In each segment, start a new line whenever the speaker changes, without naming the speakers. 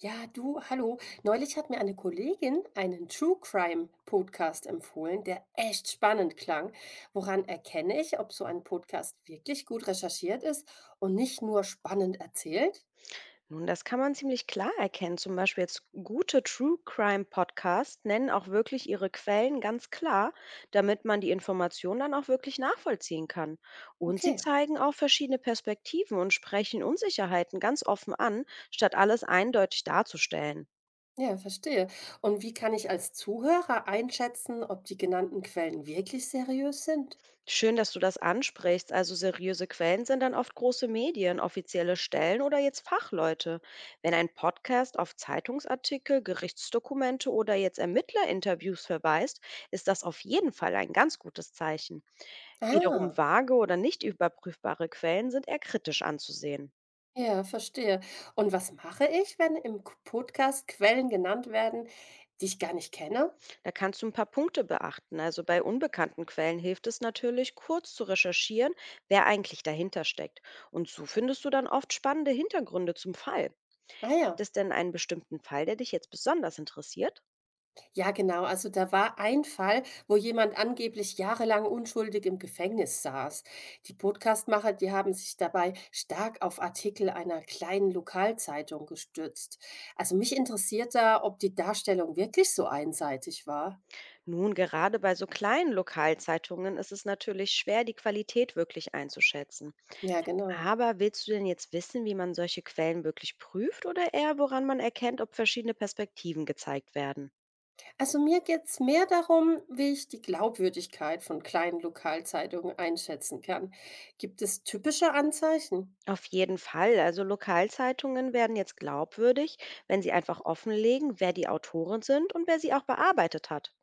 Ja, du, hallo. Neulich hat mir eine Kollegin einen True Crime Podcast empfohlen, der echt spannend klang. Woran erkenne ich, ob so ein Podcast wirklich gut recherchiert ist und nicht nur spannend erzählt?
Nun, das kann man ziemlich klar erkennen. Zum Beispiel jetzt gute True Crime Podcasts nennen auch wirklich ihre Quellen ganz klar, damit man die Informationen dann auch wirklich nachvollziehen kann. Und sie
Okay,
zeigen auch verschiedene Perspektiven und sprechen Unsicherheiten ganz offen an, statt alles eindeutig darzustellen.
ja, verstehe. Und wie kann ich als Zuhörer einschätzen, ob die genannten Quellen wirklich seriös sind?
Schön, dass du das ansprichst. Also seriöse Quellen sind dann oft große Medien, offizielle Stellen oder jetzt Fachleute. Wenn ein Podcast auf Zeitungsartikel, Gerichtsdokumente oder jetzt Ermittlerinterviews verweist, ist das auf jeden Fall ein ganz gutes Zeichen. Wiederum
Ah,
vage oder nicht überprüfbare Quellen sind eher kritisch anzusehen.
ja, verstehe. Und was mache ich, wenn im Podcast Quellen genannt werden, die ich gar nicht kenne?
Da kannst du ein paar Punkte beachten. Also bei unbekannten Quellen hilft es natürlich, kurz zu recherchieren, wer eigentlich dahinter steckt. Und so findest du dann oft spannende Hintergründe zum Fall. Gibt
Naja.
es denn einen bestimmten Fall, der dich jetzt besonders interessiert?
Ja, genau. Also da war ein Fall, wo jemand angeblich jahrelang unschuldig im Gefängnis saß. Die Podcastmacher, die haben sich dabei stark auf Artikel einer kleinen Lokalzeitung gestützt. Also mich interessiert da, ob die Darstellung wirklich so einseitig war.
Nun, gerade bei so kleinen Lokalzeitungen ist es natürlich schwer, die Qualität wirklich einzuschätzen.
Ja, genau.
Aber willst du denn jetzt wissen, wie man solche Quellen wirklich prüft oder eher woran man erkennt, ob verschiedene Perspektiven gezeigt werden?
Also mir geht's mehr darum, wie ich die Glaubwürdigkeit von kleinen Lokalzeitungen einschätzen kann. Gibt es typische Anzeichen?
Auf jeden Fall. Also Lokalzeitungen werden jetzt glaubwürdig, wenn sie einfach offenlegen, wer die Autoren sind und wer sie auch bearbeitet hat.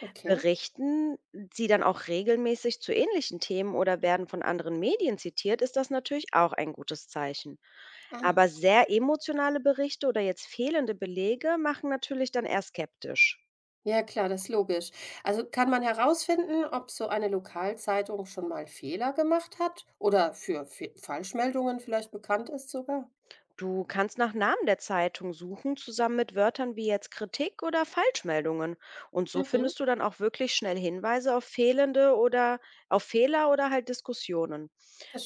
Okay.
Berichten sie dann auch regelmäßig zu ähnlichen Themen oder werden von anderen Medien zitiert, ist das natürlich auch ein gutes Zeichen. Aber
Ah.
sehr emotionale Berichte oder jetzt fehlende Belege machen natürlich dann eher skeptisch.
Ja klar, das ist logisch. Also kann man herausfinden, ob so eine Lokalzeitung schon mal Fehler gemacht hat oder für Fe Falschmeldungen vielleicht bekannt ist sogar?
Du kannst nach Namen der Zeitung suchen, zusammen mit Wörtern wie jetzt Kritik oder Falschmeldungen. Und so
Mhm,
findest du dann auch wirklich schnell Hinweise auf fehlende oder auf Fehler oder halt Diskussionen.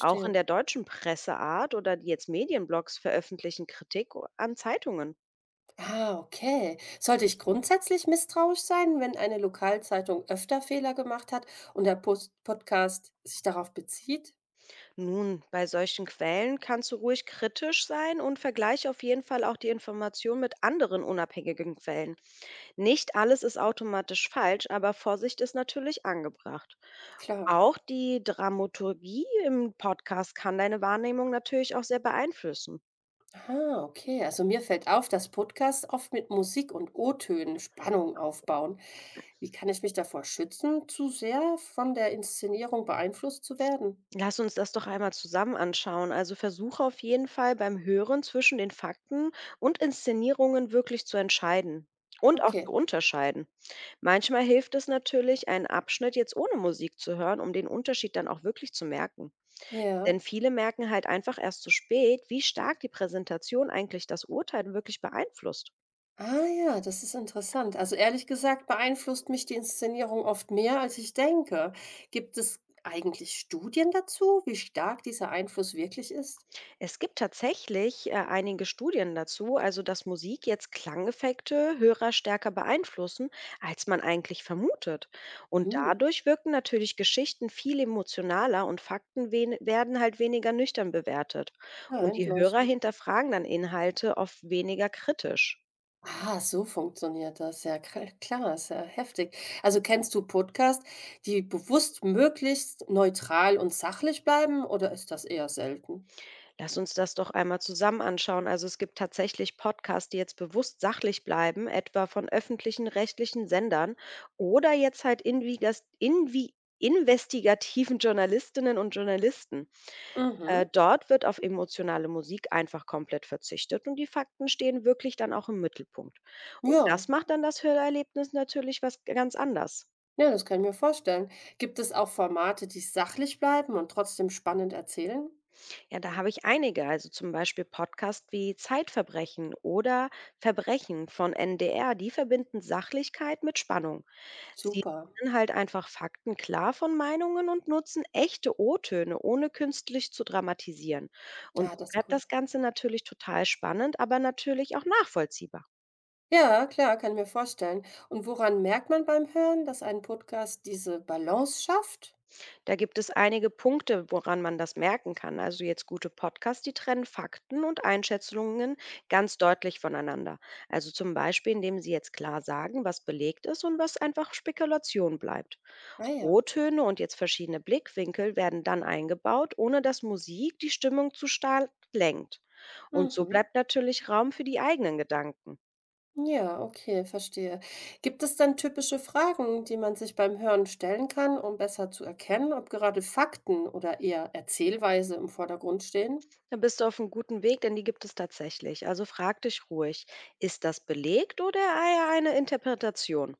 Auch in der deutschen Presseart oder die jetzt Medienblogs veröffentlichen an Zeitungen.
Ah, okay. Sollte ich grundsätzlich misstrauisch sein, wenn eine Lokalzeitung öfter Fehler gemacht hat und der Post Podcast sich darauf bezieht?
Nun, bei solchen Quellen kannst du ruhig kritisch sein und vergleich auf jeden Fall auch die Information mit anderen unabhängigen Quellen. Nicht alles ist automatisch falsch, aber Vorsicht ist natürlich angebracht.
Klar.
Auch die Dramaturgie im Podcast kann deine Wahrnehmung natürlich auch sehr beeinflussen.
Ah, okay. Also mir fällt auf, dass Podcasts oft mit Musik und O-Tönen Spannung aufbauen. Wie kann ich mich davor schützen, zu sehr von der Inszenierung beeinflusst zu werden?
Lass uns das doch einmal zusammen anschauen. Also versuche auf jeden Fall beim Hören zwischen den Fakten und Inszenierungen wirklich zu entscheiden und auch zu
Okay.
unterscheiden. Manchmal hilft es natürlich, einen Abschnitt jetzt ohne Musik zu hören, um den Unterschied dann auch wirklich zu merken. Denn
Ja.
viele merken halt einfach erst zu spät, wie stark die Präsentation eigentlich das Urteil wirklich beeinflusst.
Ah ja, das ist interessant. Also ehrlich gesagt beeinflusst mich die Inszenierung oft mehr, als ich denke. Gibt es eigentlich Studien dazu, wie stark dieser Einfluss wirklich ist?
Es gibt tatsächlich einige Studien dazu, also dass Musik jetzt Klangeffekte Hörer stärker beeinflussen, als man eigentlich vermutet. Und
Hm,
dadurch wirken natürlich Geschichten viel emotionaler und Fakten werden halt weniger nüchtern bewertet.
ja,
Und die Hörer
einleuchtend.
hinterfragen dann Inhalte oft weniger kritisch.
Ah, so funktioniert das. Ja, kra klar, ist ja heftig. Also, kennst du Podcasts, die bewusst möglichst neutral und sachlich bleiben oder ist das eher selten?
Lass uns das doch einmal zusammen anschauen. Also es gibt tatsächlich Podcasts, die jetzt bewusst sachlich bleiben, etwa von öffentlichen rechtlichen Sendern oder jetzt halt invigas- invi investigativen Journalistinnen und Journalisten.
Mhm.
Dort wird auf emotionale Musik einfach komplett verzichtet und die Fakten stehen wirklich dann auch im Mittelpunkt. Und
Ja.
das macht dann das Hörerlebnis natürlich was ganz anders.
Ja, das kann ich mir vorstellen. Gibt es auch Formate, die sachlich bleiben und trotzdem spannend erzählen?
Ja, da habe ich einige, also zum Beispiel Podcasts wie Zeitverbrechen oder Verbrechen von NDR, die verbinden Sachlichkeit mit Spannung. Sie
Super.
trennen halt einfach Fakten klar von Meinungen und nutzen echte O-Töne, ohne künstlich zu dramatisieren. Und
Ah,
so
das ist
bleibt
gut.
das Ganze natürlich total spannend, aber natürlich auch nachvollziehbar.
Ja, klar, kann ich mir vorstellen. Und woran merkt man beim Hören, dass ein Podcast diese Balance schafft?
Da gibt es einige Punkte, woran man das merken kann. Also jetzt gute Podcasts, die trennen Fakten und Einschätzungen ganz deutlich voneinander. Also zum Beispiel, indem sie jetzt klar sagen, was belegt ist und was einfach Spekulation bleibt.
Ah ja.
Rohtöne und jetzt verschiedene Blickwinkel werden dann eingebaut, ohne dass Musik die Stimmung zu stark lenkt. Und so
Mhm.
bleibt natürlich Raum für die eigenen Gedanken.
Ja, okay, verstehe. Gibt es denn typische Fragen, die man sich beim Hören stellen kann, um besser zu erkennen, ob gerade Fakten oder eher Erzählweise im Vordergrund stehen?
Da bist du auf einem guten Weg, denn die gibt es tatsächlich. Also frag dich ruhig, ist das belegt oder eher eine Interpretation?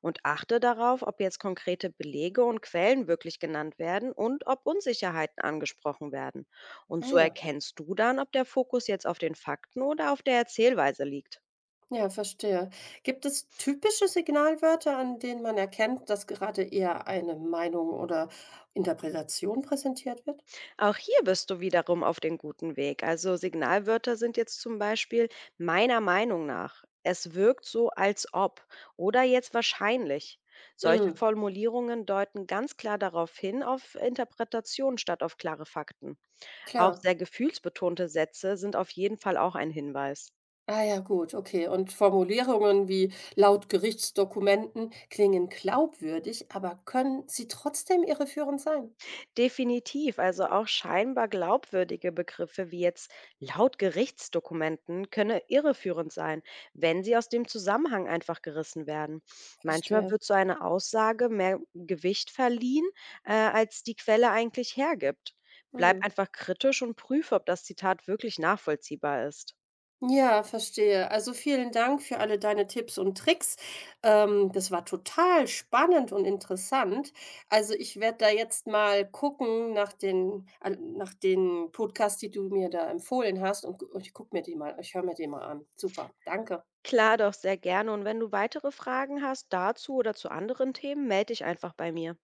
Und achte darauf, ob jetzt konkrete Belege und Quellen wirklich genannt werden und ob Unsicherheiten angesprochen werden. Und
Ah
so
ja,
erkennst du dann, ob der Fokus jetzt auf den Fakten oder auf der Erzählweise liegt.
ja, verstehe. Gibt es typische Signalwörter, an denen man erkennt, dass gerade eher eine Meinung oder Interpretation präsentiert wird?
Auch hier bist du wiederum auf dem guten Weg. Also Signalwörter sind jetzt zum Beispiel meiner Meinung nach. Es wirkt so, als ob oder jetzt wahrscheinlich. Solche
Mm,
Formulierungen deuten ganz klar darauf hin, auf Interpretation statt auf klare Fakten. Auch
klar.
sehr gefühlsbetonte Sätze sind auf jeden Fall auch ein Hinweis.
Ah ja, gut, okay. Und Formulierungen wie laut Gerichtsdokumenten klingen glaubwürdig, aber können sie trotzdem irreführend sein?
Definitiv, also auch scheinbar glaubwürdige Begriffe wie jetzt laut Gerichtsdokumenten könne irreführend sein, wenn sie aus dem Zusammenhang einfach gerissen werden. Manchmal
Verstehe.
wird so eine Aussage mehr Gewicht verliehen, als die Quelle eigentlich hergibt. Bleib
Mhm.
einfach kritisch und prüfe, ob das Zitat wirklich nachvollziehbar ist.
Ja, verstehe. Also, vielen Dank für alle deine Tipps und Tricks. Das war total spannend und interessant. Also, ich werde da jetzt mal gucken nach den al nach den Podcasts, die du mir da empfohlen hast und gu und ich gucke mir die mal ich höre mir die mal an. Super, danke.
Klar doch, sehr gerne. Und wenn du weitere Fragen hast dazu oder zu anderen Themen, melde dich einfach bei mir.